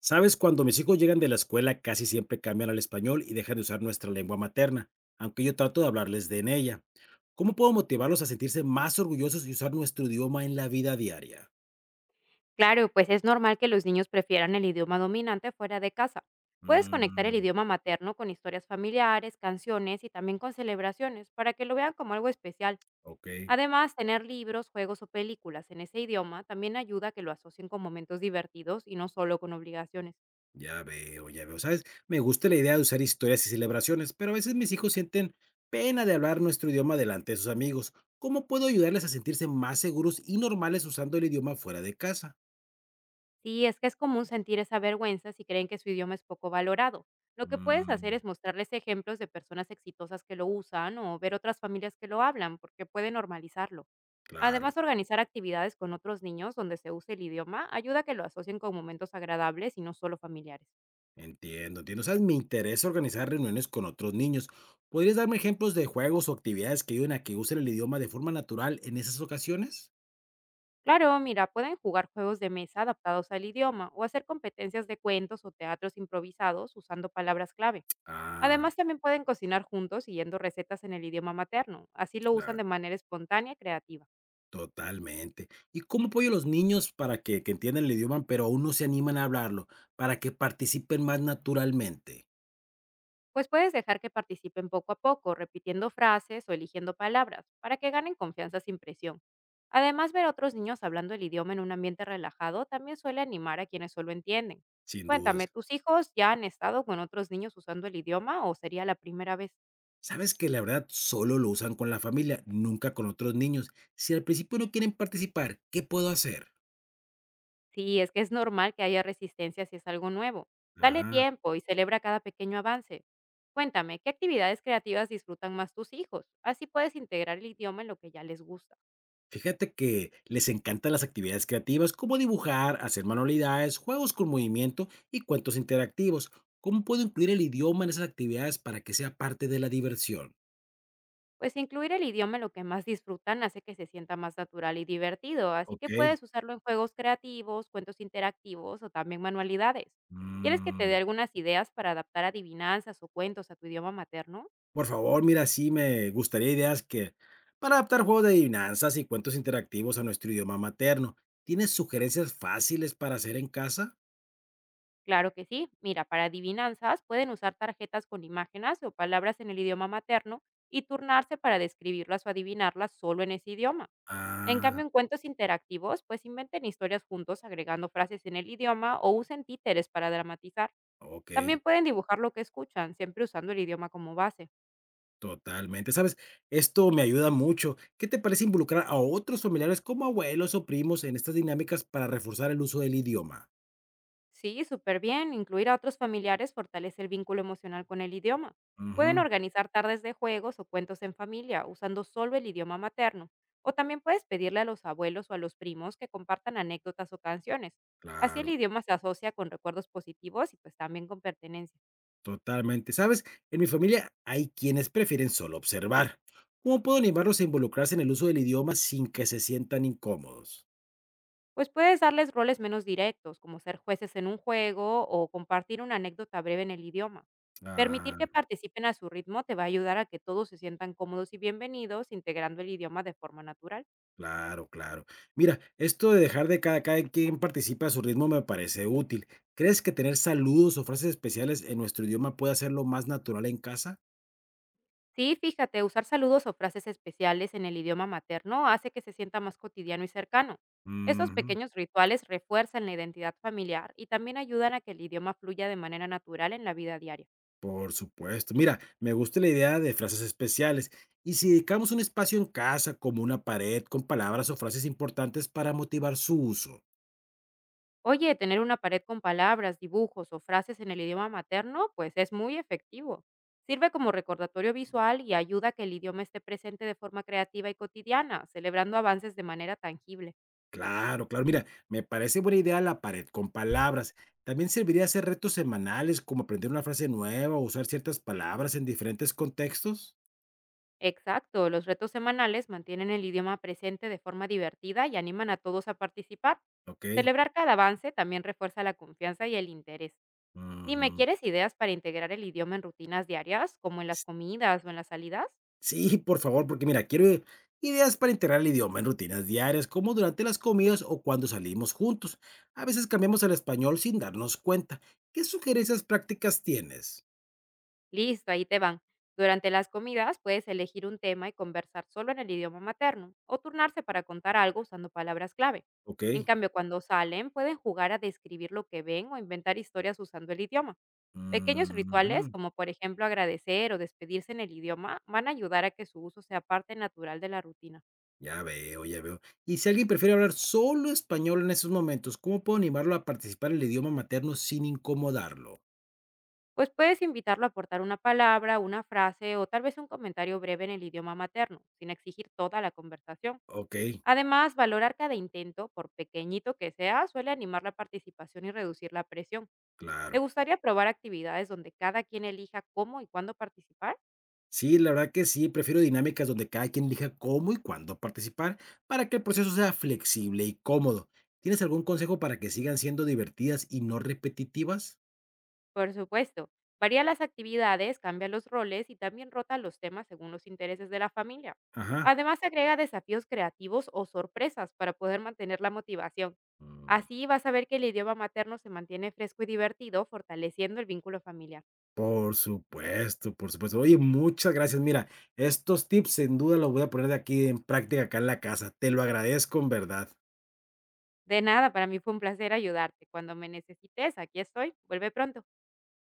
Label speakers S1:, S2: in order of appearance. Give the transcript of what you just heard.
S1: Sabes, cuando mis hijos llegan de la escuela casi siempre cambian al español y dejan de usar nuestra lengua materna, aunque yo trato de hablarles de en ella. ¿Cómo puedo motivarlos a sentirse más orgullosos y usar nuestro idioma en la vida diaria?
S2: Claro, pues es normal que los niños prefieran el idioma dominante fuera de casa. Puedes conectar el
S1: Mm.
S2: idioma materno con historias familiares, canciones y también con celebraciones para que lo vean como algo especial.
S1: Ok,
S2: Además, tener libros, juegos o películas en ese idioma también ayuda a que lo asocien con momentos divertidos y no solo con obligaciones.
S1: ya veo, ya veo. ¿Sabes? Me gusta la idea de usar historias y celebraciones, pero a veces mis hijos sienten pena de hablar nuestro idioma delante de sus amigos. ¿Cómo puedo ayudarles a sentirse más seguros y normales usando el idioma fuera de casa?
S2: Sí, es que es común sentir esa vergüenza si creen que su idioma es poco valorado. Lo que puedes hacer
S1: Mm,
S2: es mostrarles ejemplos de personas exitosas que lo usan o ver otras familias que lo hablan, porque puede normalizarlo.
S1: claro.
S2: Además, organizar actividades con otros niños donde se use el idioma ayuda a que lo asocien con momentos agradables y no solo familiares.
S1: Entiendo, entiendo. ¿Sabes? Me interesa organizar reuniones con otros niños. ¿Podrías darme ejemplos de juegos o actividades que ayuden a que usen el idioma de forma natural en esas ocasiones?
S2: Claro, mira, pueden jugar juegos de mesa adaptados al idioma o hacer competencias de cuentos o teatros improvisados usando palabras clave.
S1: Ah,
S2: Además, también pueden cocinar juntos siguiendo recetas en el idioma materno. Así lo usan
S1: claro,
S2: de manera espontánea y creativa.
S1: totalmente. ¿Y cómo apoyo a los niños para que entiendan el idioma, pero aún no se animan a hablarlo, para que participen más naturalmente?
S2: Pues puedes dejar que participen poco a poco, repitiendo frases o eligiendo palabras, para que ganen confianza sin presión. Además, ver a otros niños hablando el idioma en un ambiente relajado también suele animar a quienes solo entienden.
S1: Sin dudas.
S2: Cuéntame, ¿tus hijos ya han estado con otros niños usando el idioma o sería la primera vez?
S1: Sabes que la verdad solo lo usan con la familia, nunca con otros niños. Si al principio no quieren participar, ¿qué puedo hacer?
S2: Sí, es que es normal que haya resistencia si es algo nuevo. Dale
S1: Ajá.
S2: tiempo y celebra cada pequeño avance. Cuéntame, ¿qué actividades creativas disfrutan más tus hijos? Así puedes integrar el idioma en lo que ya les gusta.
S1: Fíjate que les encantan las actividades creativas como dibujar, hacer manualidades, juegos con movimiento y cuentos interactivos. ¿Cómo puedo incluir el idioma en esas actividades para que sea parte de la diversión?
S2: Pues incluir el idioma en lo que más disfrutan hace que se sienta más natural y divertido, así que
S1: Ok.
S2: puedes usarlo en juegos creativos, cuentos interactivos o también manualidades. ¿Quieres que te dé
S1: Mm.
S2: algunas ideas para adaptar adivinanzas o cuentos a tu idioma materno?
S1: Por favor, mira, sí me gustaría ideas que para adaptar juegos de adivinanzas y cuentos interactivos a nuestro idioma materno. ¿Tienes sugerencias fáciles para hacer en casa?
S2: Claro que sí. Mira, para adivinanzas pueden usar tarjetas con imágenes o palabras en el idioma materno y turnarse para describirlas o adivinarlas solo en ese idioma. En
S1: Ah,
S2: cambio, en cuentos interactivos, pues inventen historias juntos agregando frases en el idioma o usen títeres para dramatizar.
S1: ok.
S2: También pueden dibujar lo que escuchan, siempre usando el idioma como base.
S1: Totalmente, ¿sabes? Esto me ayuda mucho. ¿Qué te parece involucrar a otros familiares como abuelos o primos en estas dinámicas para reforzar el uso del idioma?
S2: Sí, súper bien. Incluir a otros familiares fortalece el vínculo emocional con el idioma. Pueden
S1: Ujú,
S2: organizar tardes de juegos o cuentos en familia, usando solo el idioma materno. O también puedes pedirle a los abuelos o a los primos que compartan anécdotas o canciones. Así el
S1: claro,
S2: idioma se asocia con recuerdos positivos y pues también con pertenencia.
S1: totalmente. ¿Sabes? En mi familia hay quienes prefieren solo observar. ¿Cómo puedo animarlos a involucrarse en el uso del idioma sin que se sientan incómodos?
S2: Pues puedes darles roles menos directos, como ser jueces en un juego o compartir una anécdota breve en el idioma. Permitir
S1: Ah,
S2: que participen a su ritmo te va a ayudar a que todos se sientan cómodos y bienvenidos, integrando el idioma de forma natural.
S1: claro, claro. Mira, esto de dejar de cada quien participa a su ritmo me parece útil. ¿Crees que tener saludos o frases especiales en nuestro idioma puede hacerlo más natural en casa?
S2: Sí, fíjate, usar saludos o frases especiales en el idioma materno hace que se sienta más cotidiano y cercano. Estos
S1: Ujú,
S2: pequeños rituales refuerzan la identidad familiar y también ayudan a que el idioma fluya de manera natural en la vida diaria.
S1: por supuesto. Mira, me gusta la idea de frases especiales. Y si dedicamos un espacio en casa, como una pared, con palabras o frases importantes para motivar su uso.
S2: Oye, tener una pared con palabras, dibujos o frases en el idioma materno, pues es muy efectivo. Sirve como recordatorio visual y ayuda a que el idioma esté presente de forma creativa y cotidiana, celebrando avances de manera tangible.
S1: Claro, claro. Mira, me parece buena idea la pared con palabras. También serviría hacer retos semanales, como aprender una frase nueva o usar ciertas palabras en diferentes contextos.
S2: Exacto, los retos semanales mantienen el idioma presente de forma divertida y animan a todos a participar.
S1: Ok.
S2: Celebrar cada avance también refuerza la confianza y el interés. Dime,
S1: Ujú.
S2: ¿quieres ideas para integrar el idioma en rutinas diarias, como en las comidas o en las salidas?
S1: Sí, por favor, porque mira, quiero ideas para integrar el idioma en rutinas diarias, como durante las comidas o cuando salimos juntos. A veces cambiamos al español sin darnos cuenta. ¿Qué sugerencias prácticas tienes?
S2: Listo, ahí te van. Durante las comidas puedes elegir un tema y conversar solo en el idioma materno o turnarse para contar algo usando palabras clave. En
S1: Ok.
S2: cambio, cuando salen, pueden jugar a describir lo que ven o inventar historias usando el idioma. Pequeños
S1: Ujú.
S2: rituales, como por ejemplo agradecer o despedirse en el idioma, van a ayudar a que su uso sea parte natural de la rutina.
S1: Ya veo, ya veo. Y si alguien prefiere hablar solo español en esos momentos, ¿cómo puedo animarlo a participar en el idioma materno sin incomodarlo?
S2: Pues puedes invitarlo a aportar una palabra, una frase o tal vez un comentario breve en el idioma materno, sin exigir toda la conversación.
S1: Ok,
S2: Además, valorar cada intento, por pequeñito que sea, suele animar la participación y reducir la presión. ¿Te
S1: claro.
S2: gustaría probar actividades donde cada quien elija cómo y cuándo participar?
S1: Sí, la verdad que sí, prefiero dinámicas donde cada quien elija cómo y cuándo participar para que el proceso sea flexible y cómodo. ¿Tienes algún consejo para que sigan siendo divertidas y no repetitivas?
S2: Por supuesto. Varía las actividades, cambia los roles y también rota los temas según los intereses de la familia.
S1: Ajá.
S2: Además, agrega desafíos creativos o sorpresas para poder mantener la motivación.
S1: Mm.
S2: Así vas a ver que el idioma materno se mantiene fresco y divertido, fortaleciendo el vínculo familiar.
S1: Por supuesto, por supuesto. Oye, muchas gracias. Mira, estos tips sin duda los voy a poner de aquí en práctica acá en la casa. Te lo agradezco en verdad.
S2: De nada, para mí fue un placer ayudarte. Cuando me necesites, aquí estoy. Vuelve pronto.